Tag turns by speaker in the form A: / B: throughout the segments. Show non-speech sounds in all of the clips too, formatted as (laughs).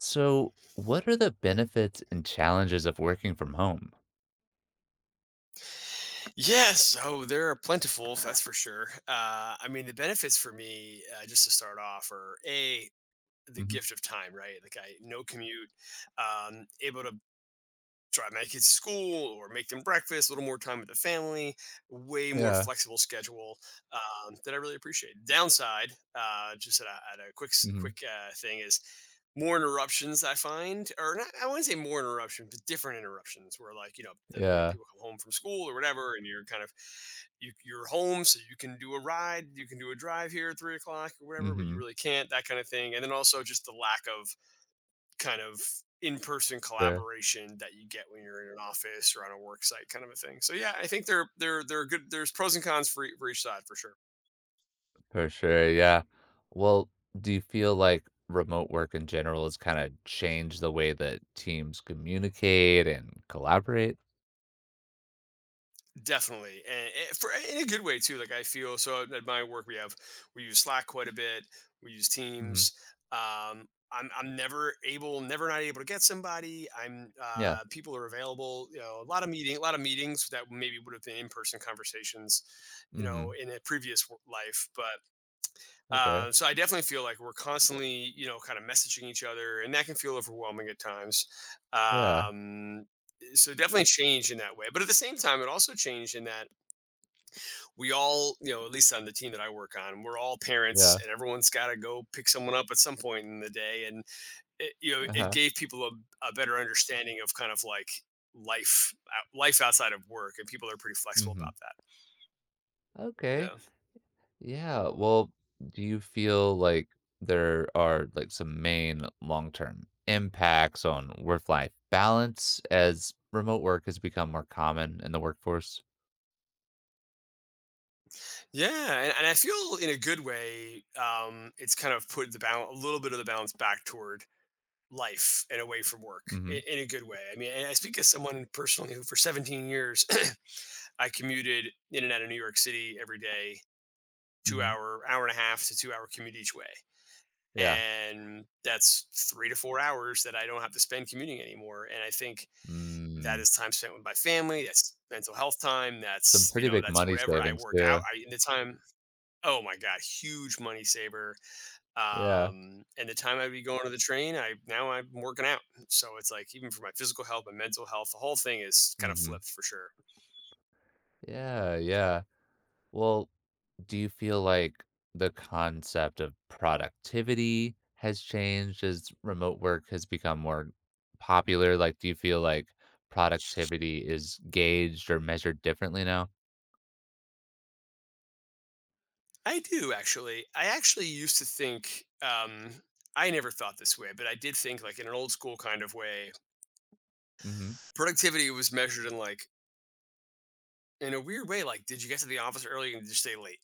A: So, what are the benefits and challenges of working from home?
B: Yes. Oh, there are plentiful. That's for sure. I mean, the benefits for me, just to start off, are a the
A: Hmm.
B: gift of time, right? Like I no commute, able to drive my kids to school or make them breakfast, a little more time with the family, way more
A: Yeah.
B: flexible schedule that I really appreciate. Downside, just at a quick
A: Hmm.
B: quick thing is more interruptions I find, or not, I wouldn't say more interruptions, but different interruptions where like, you know, that, you know,
A: Yeah.
B: people come home from school or whatever, and you're kind of, you're home. So you can do a ride, you can do a drive here at 3 o'clock or whatever, but you
A: Hmm.
B: really can't, that kind of thing. And then also just the lack of kind of in-person
A: Sure.
B: collaboration that you get when you're in an office or on a work site kind of a thing. So yeah, I think they're they are they're good, there's pros and cons for, for each side for sure.
A: For sure. Yeah. Well, do you feel like remote work in general has kind of changed the way that teams communicate and collaborate?
B: Definitely. And for in a good way too. Like I feel so at my work we have we use Slack quite a bit. We use
A: Hmm.
B: Teams. Um I'm never able, never not able to get somebody. I'm
A: Yeah.
B: people are available. You know, a lot of meetings that maybe would have been in person conversations, you know,
A: Hmm.
B: in a previous life. But
A: Okay.
B: So I definitely feel like we're constantly, you know, kind of messaging each other, and that can feel overwhelming at times.
A: Yeah.
B: Um, so definitely change in that way. But at the same time, it also changed in that we all, you know, at least on the team that I work on, we're all parents,
A: Yeah.
B: and everyone's got to go pick someone up at some point in the day. And it, you know,
A: Uh
B: it
A: huh.
B: gave people a better understanding of kind of like life, life outside of work, and people are pretty flexible
A: Hmm.
B: about that.
A: Okay.
B: Yeah.
A: Yeah, well, do you feel like there are like some main long-term impacts on work-life balance as remote work has become more common in the workforce?
B: Yeah, and I feel in a good way, it's kind of put the balance, a little bit of the balance back toward life and away from work
A: Mhm.
B: in a good way. I mean, and I speak as someone personally who, for 17 years, (coughs) (clears throat) I commuted in and out of New York City every day,
A: Mhm.
B: hour and a half to 2 hour commute each way.
A: Yeah.
B: And that's 3 to 4 hours that I don't have to spend commuting anymore. And I think that
A: Mm.
B: is time spent with my family. That's mental health time.
A: Some
B: That's, you
A: pretty
B: know,
A: big
B: that's
A: money
B: whatever. I
A: savings
B: work out.
A: too.
B: In the time. Oh my god, huge money saver.
A: Yeah.
B: And the time I'd be going to the train, I now I'm working out. So it's like even for my physical health, my mental health, the whole thing is kind of
A: Mhm.
B: flipped for sure.
A: Yeah, yeah. Well, do you feel like the concept of productivity has changed as remote work has become more popular? Like, do you feel like productivity is gauged or measured differently now?
B: I do actually. I actually used to think I never thought this way, but I did think like in an old school kind of way,
A: Mm-hmm.
B: productivity was measured in like in a weird way, like did you get to the office early and did you stay late?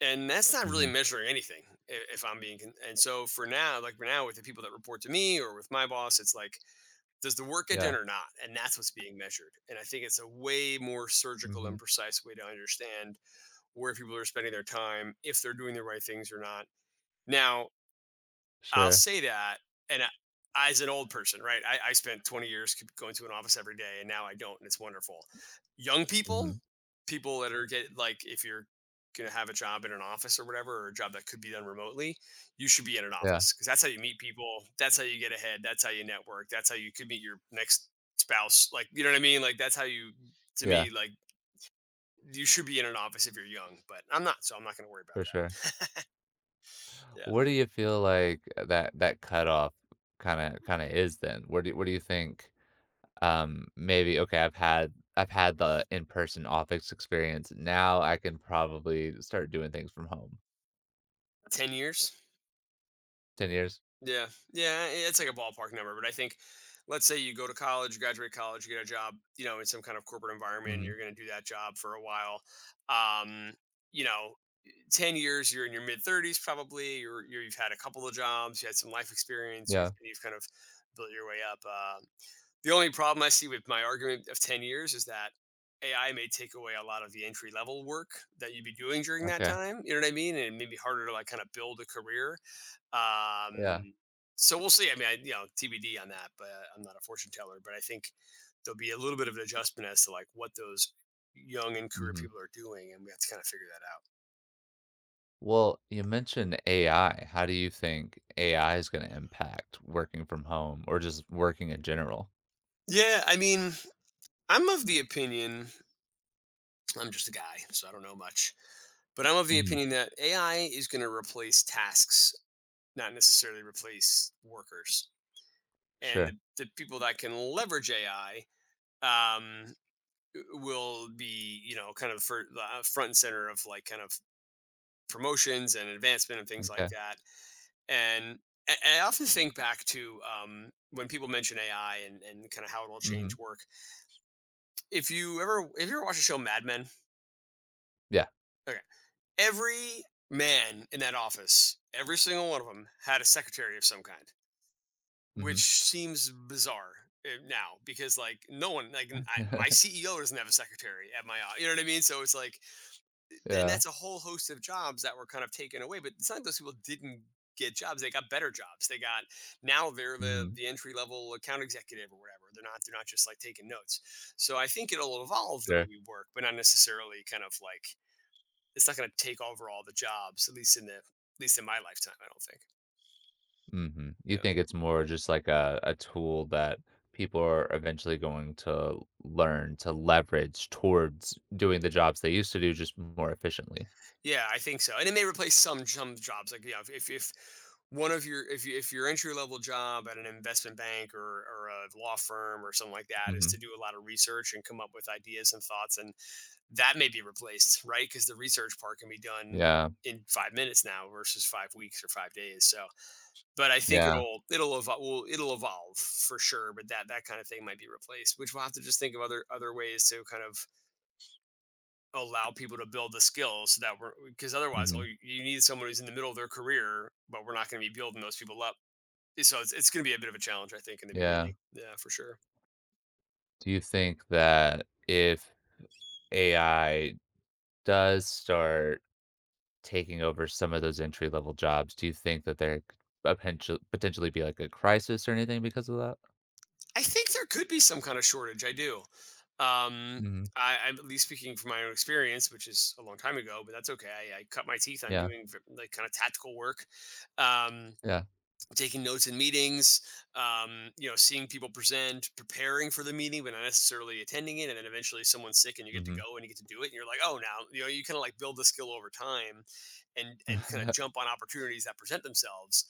B: And that's not really
A: Mm-hmm.
B: measuring anything, if I'm being. And so for now, like for now, with the people that report to me or with my boss, it's like does the work get
A: Yeah.
B: done or not? And that's what's being measured. And I think it's a way more surgical
A: Mm-hmm.
B: and precise way to understand where people are spending their time, if they're doing the right things or not. Now, I'll
A: Sure.
B: say that, and I, as an old person, right? I spent 20 years going to an office every day, and now I don't, and it's wonderful. Young
A: Mm-hmm.
B: people, people that are get like, if you're gonna have a job in an office or whatever, or a job that could be done remotely, you should be in an
A: Yeah.
B: office because that's how you meet people, that's how you get ahead, that's how you network, that's how you could meet your next spouse. Like, you know what I mean? Like, that's how you, to
A: Yeah.
B: me, like. You should be in an office if you're young, but I'm not, so I'm not going to worry about
A: For sure.
B: that. (laughs) Yeah,
A: Where do you feel like that cutoff kind of is then? Where do you think? Maybe okay, I've had the in-person office experience. Now I can probably start doing things from home.
B: 10 years.
A: 10 years?
B: Yeah, yeah, it's like a ballpark number, but I think, let's say you go to college, you graduate college, you get a job, you know, in some kind of corporate environment,
A: Mhm.
B: you're going to do that job for a while. Um, you know, 10 years, you're in your mid thirties, probably. You're you've had a couple of jobs, you had some life experience,
A: Yeah.
B: you've kind of built your way up. The only problem I see with my argument of 10 years is that AI may take away a lot of the entry level work that you'd be doing during that
A: Okay.
B: time. You know what I mean? And it may be harder to like kind of build a career
A: Yeah.
B: um, so we'll see. I mean, you know, TBD on that, but I'm not a fortune teller. But I think there'll be a little bit of an adjustment as to like what those young and career
A: Mhm.
B: people are doing, and we have to kind of figure that out.
A: Well, you mentioned AI. How do you think AI is gonna impact working from home or just working in general?
B: Yeah, I mean, I'm of the opinion. I'm just a guy, so I don't know much. But I'm of the
A: Mhm.
B: opinion that AI is going to replace tasks, not necessarily replace workers. And the,
A: Sure.
B: the people that can leverage AI um, will be, you know, kind of for, front and center of like kind of promotions and advancement and things like
A: Okay.
B: that. And, and I often think back to when people mention AI and kind of how it'll
A: Mhm.
B: change work. If you ever watch the show Mad Men,
A: Yeah.
B: okay, every man in that office, every single one of them had a secretary of some kind, which
A: Mhm.
B: seems bizarre now because like no one I, my
A: (laughs)
B: CEO doesn't have a secretary at my, you know what I mean. So it's like and
A: Yeah.
B: that's a whole host of jobs that were kind of taken away. But it's not like those people didn't get jobs; they got better jobs. They got now they're the
A: Mhm.
B: entry level account executive or whatever. They're not just like taking notes. So I think it'll evolve the way
A: Sure.
B: we work, but not necessarily kind of like it's not going to take over all the jobs, at least in the at least in my lifetime. I don't think.
A: Mhm. You
B: Yeah.
A: think it's more just like a tool that people are eventually going to learn to leverage towards doing the jobs they used to do just more efficiently.
B: Yeah, I think so, and it may replace some jobs. Like, yeah, if one of your if you, if your entry level job at an investment bank or a law firm or something like that is
A: Mhm.
B: to do a lot of research and come up with ideas and thoughts, and that may be replaced, right? Because the research part can be done
A: Yeah.
B: in 5 minutes now versus 5 weeks or 5 days. So, but I think
A: Yeah.
B: it'll evolve. Well, it'll evolve for sure. But that kind of thing might be replaced, which we'll have to just think of other ways to kind of allow people to build the skills so that we're because otherwise oh,
A: Mhm.
B: you need someone who's in the middle of their career, but we're not going to be building those people up. So it's going to be a bit of a challenge, I think, in the
A: Yeah.
B: beginning. Yeah, for sure.
A: Do you think that if AI does start taking over some of those entry level jobs, do you think that there could potentially be like a crisis or anything because of that?
B: I think there could be some kind of shortage. I do. Um,
A: Mhm.
B: I'm at least speaking from my own experience, which is a long time ago, but that's okay. I cut my teeth on
A: Yeah.
B: doing like kind of tactical work. Um,
A: Yeah.
B: taking notes in meetings, you know, seeing people present, preparing for the meeting, but not necessarily attending it. And then eventually someone's sick and you get to
A: Mhm.
B: go and you get to do it. And you're like, oh, now, you know, you kind of like build the skill over time and kind of
A: (laughs)
B: jump on opportunities that present themselves.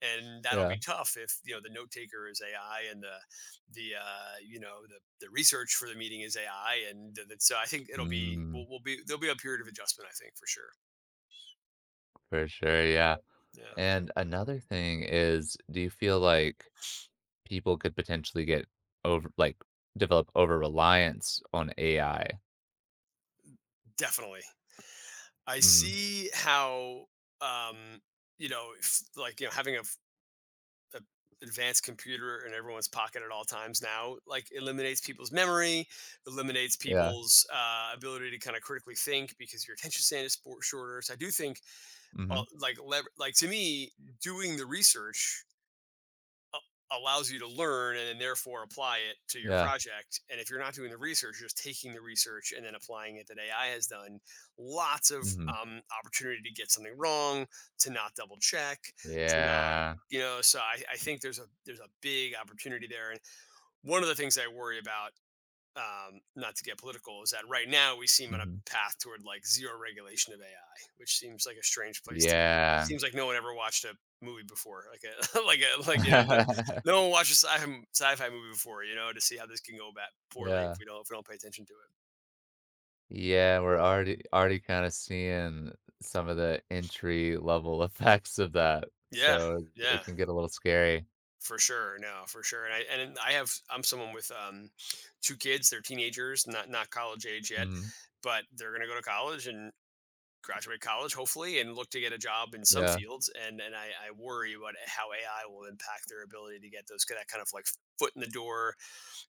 B: And that'll
A: Yeah.
B: be tough if, you know, the note taker is AI and the, you know, the research for the meeting is AI. And so I think it'll be,
A: Mm,
B: we'll be, there'll be a period of adjustment, I think, for sure.
A: for sure. Yeah.
B: Yeah,
A: And another thing is, do you feel like people could potentially get over, like, develop over reliance on AI?
B: definitely. I
A: Mhm.
B: see how, um, you know, if, like, you know, having a, a advanced computer in everyone's pocket at all times now, like, eliminates people's memory, eliminates
A: Yeah.
B: people's ability to kind of critically think because your attention span is sport shorter. So I do think, uh,
A: Mhm.
B: like, lever- like to me, doing the research a- allows you to learn and then therefore apply it to your
A: Yeah.
B: project. And if you're not doing the research, you're just taking the research and then applying it that AI has done, lots of
A: Mhm.
B: opportunity to get something wrong, to not double check, to not
A: Yeah.
B: you know. So I think there's a big opportunity there. And one of the things I worry about, not to get political, is that right now we seem on
A: Mhm.
B: a path toward like zero regulation of AI, which seems like a strange place to be.
A: Yeah.
B: Seems like no one ever watched a movie before, like a (laughs) like
A: (laughs)
B: no one watched a sci-fi movie before, you know, to see how this can go bad poorly
A: Yeah.
B: if we don't pay attention to it.
A: Yeah, we're already kinda seeing some of the entry level (laughs) effects of that,
B: Yeah,
A: so it
B: yeah,
A: can get a little scary.
B: for sure. No, for sure. And I'm someone with two kids. They're teenagers, not college age yet,
A: Mhm.
B: but they're gonna go to college and graduate college, hopefully, and look to get a job in some
A: Yeah.
B: fields. And I worry about how AI will impact their ability to get those, that kind of like foot in the door.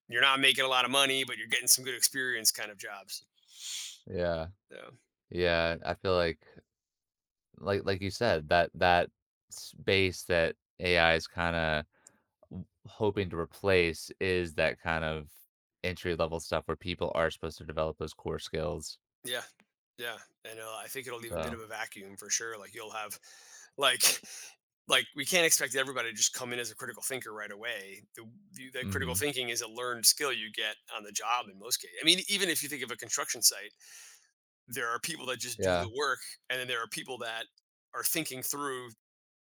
B: You're not making a lot of money, but you're getting some good experience kind of jobs.
A: Yeah.
B: So
A: Yeah. I feel like like you said, that that space that AI is kinda hoping to replace is that kind of entry level stuff where people are supposed to develop those core skills.
B: yeah, yeah, and I think it'll leave a bit of
A: So.
B: a vacuum for sure. Like you'll have like we can't expect everybody to just come in as a critical thinker right away. The critical
A: Mhm.
B: thinking is a learned skill you get on the job in most cases. I mean, even if you think of a construction site, there are people that just do
A: Yeah,
B: the work, and then there are people that are thinking through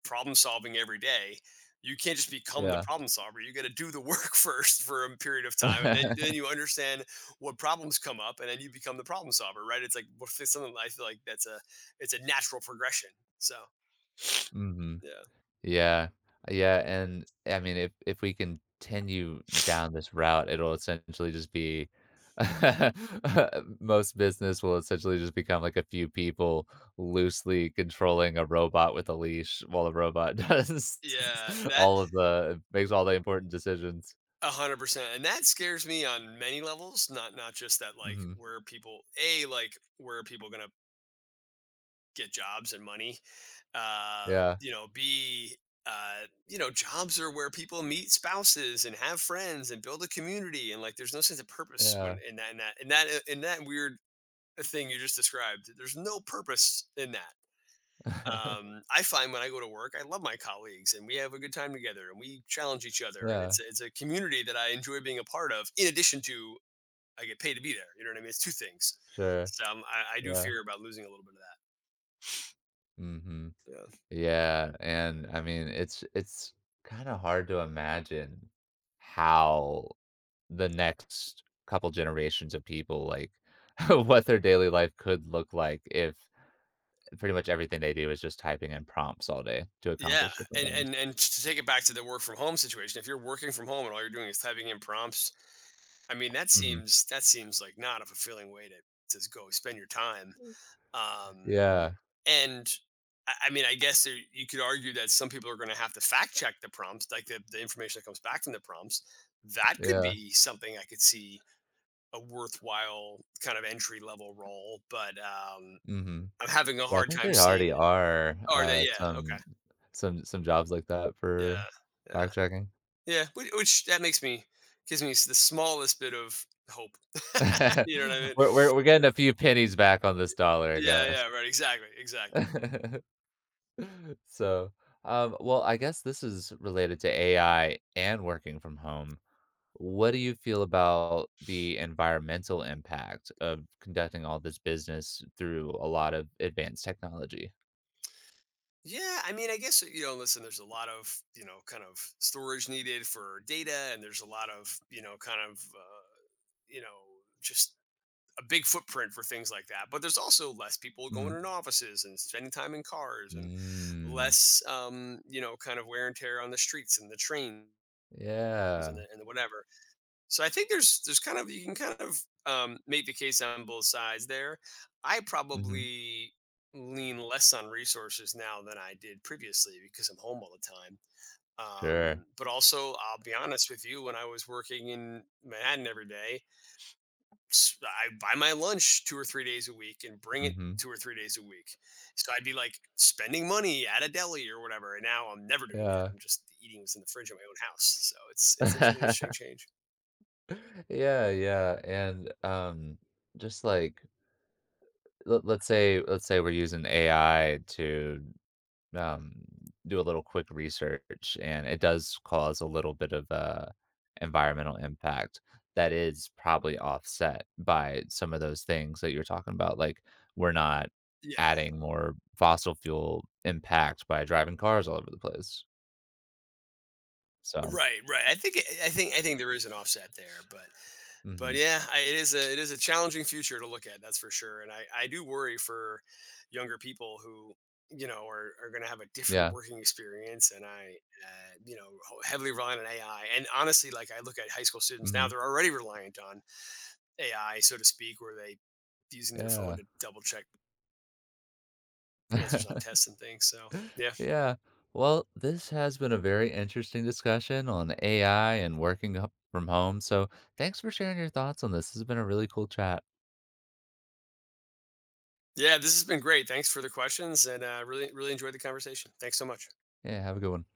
B: problem solving every day. You can't just become the
A: yeah.
B: problem solver. You got to do the work (laughs) first for a period of time and then
A: (laughs)
B: you understand what problems come up and then you become the problem solver, right? It's like, well, it's something I feel like that's a it's a natural progression. So
A: Mhm.
B: yeah,
A: Yeah. Yeah, and, I mean, if we continue down this route, it'll essentially just be (laughs) most business will essentially just become, like, a few people loosely controlling a robot with a leash while the robot (laughs) does
B: yeah that
A: all of the makes all the important decisions.
B: 100% and that scares me on many levels. Not not just that like
A: Mhm.
B: where are people a like, where are people gonna get jobs and money?
A: Yeah.
B: You know, B, you know, jobs are where people meet spouses and have friends and build a community. And like, there's no sense of purpose
A: Yeah.
B: when in that weird thing you just described, there's no purpose in that.
A: (laughs)
B: I find when I go to work, I love my colleagues and we have a good time together and we challenge each other. And
A: Yeah.
B: it's a community that I enjoy being a part of, in addition to, I get paid to be there. You know what I mean? It's two things.
A: Sure.
B: So I do
A: Yeah.
B: fear about losing a little bit of
A: Mhm.
B: that.
A: Yeah, and, I mean, it's kinda hard to imagine how the next couple generations of people, like, (laughs) what their daily life could look like if pretty much everything they do is just typing in prompts all day to
B: Yeah,
A: accomplish different
B: and
A: things.
B: to take it back to the work from home situation, if you're working from home and all you're doing is typing in prompts, I mean that
A: Mhm.
B: seems that seems like not a fulfilling way to go spend your time. Um,
A: Yeah,
B: and I mean, I guess there, you could argue that some people are going to have to fact check the prompts, like the information that comes back from the prompts. That could
A: yeah,
B: be something I could see a worthwhile kind of entry level role, but
A: mhm.
B: I'm having a
A: Yeah, I
B: hard
A: think
B: time
A: there
B: seeing
A: already
B: it.
A: are,
B: Are they? Yeah. Okay.
A: some jobs like that for
B: Yeah. Yeah.
A: fact checking.
B: Yeah, which that makes me gives me the smallest bit of hope. (laughs)
A: (laughs)
B: You know what I mean?
A: We're getting a few pennies back on this dollar, I
B: Yeah,
A: guess.
B: yeah, right. Exactly, exactly.
A: (laughs) So, well, I guess this is related to AI and working from home. What do you feel about the environmental impact of conducting all this business through a lot of advanced technology?
B: Yeah, I mean, I guess you know. Listen, there's a lot of, you know, kind of storage needed for data, and there's a lot of, you know, kind of you know just a big footprint for things like that. But there's also less people
A: Hmm.
B: going in offices and spending time in cars, and
A: Mm,
B: less you know, kind of wear and tear on the streets and the trains
A: yeah.
B: and the whatever. So I think there's kind of, you can kind of, make the case on both sides there. I
A: Hmm.
B: probably lean less on resources now than I did previously because I'm home all the time.
A: Sure.
B: But also, I'll be honest with you, when I was working in Manhattan every day, I buy my lunch 2 or 3 days a week and bring it
A: Hmm.
B: 2 or 3 days a week. So I'd be like spending money at a deli or whatever. And now I'm never doing that.
A: Yeah.
B: I'm just eating what's in the fridge in my own house. So it's an interesting
A: (laughs)
B: change.
A: Yeah, yeah. And just like let's say we're using AI to um, do a little quick research, and it does cause a little bit of a environmental impact that is probably offset by some of those things that you're talking about. Like we're not
B: Yeah.
A: adding more fossil fuel impact by driving cars all over the place. So,
B: Right, right. I think there is an offset there, but
A: hmm
B: yeah, I, it is a challenging future to look at. That's for sure. And I do worry for younger people who, you know, are going to have a different
A: yeah,
B: working experience, and I you know, heavily reliant on AI. And honestly, like I look at high school students
A: hmm
B: now, they're already reliant on AI, so to speak, where they using their phone
A: yeah,
B: to double check answers on tests and things. So
A: (laughs)
B: yeah,
A: yeah. Well, this has been a very interesting discussion on AI and working up from home. So, thanks for sharing your thoughts on this. This has been a really cool chat.
B: yeah. This has been great. Thanks for the questions, and really really enjoyed the conversation. Thanks so much.
A: Yeah, have a good one.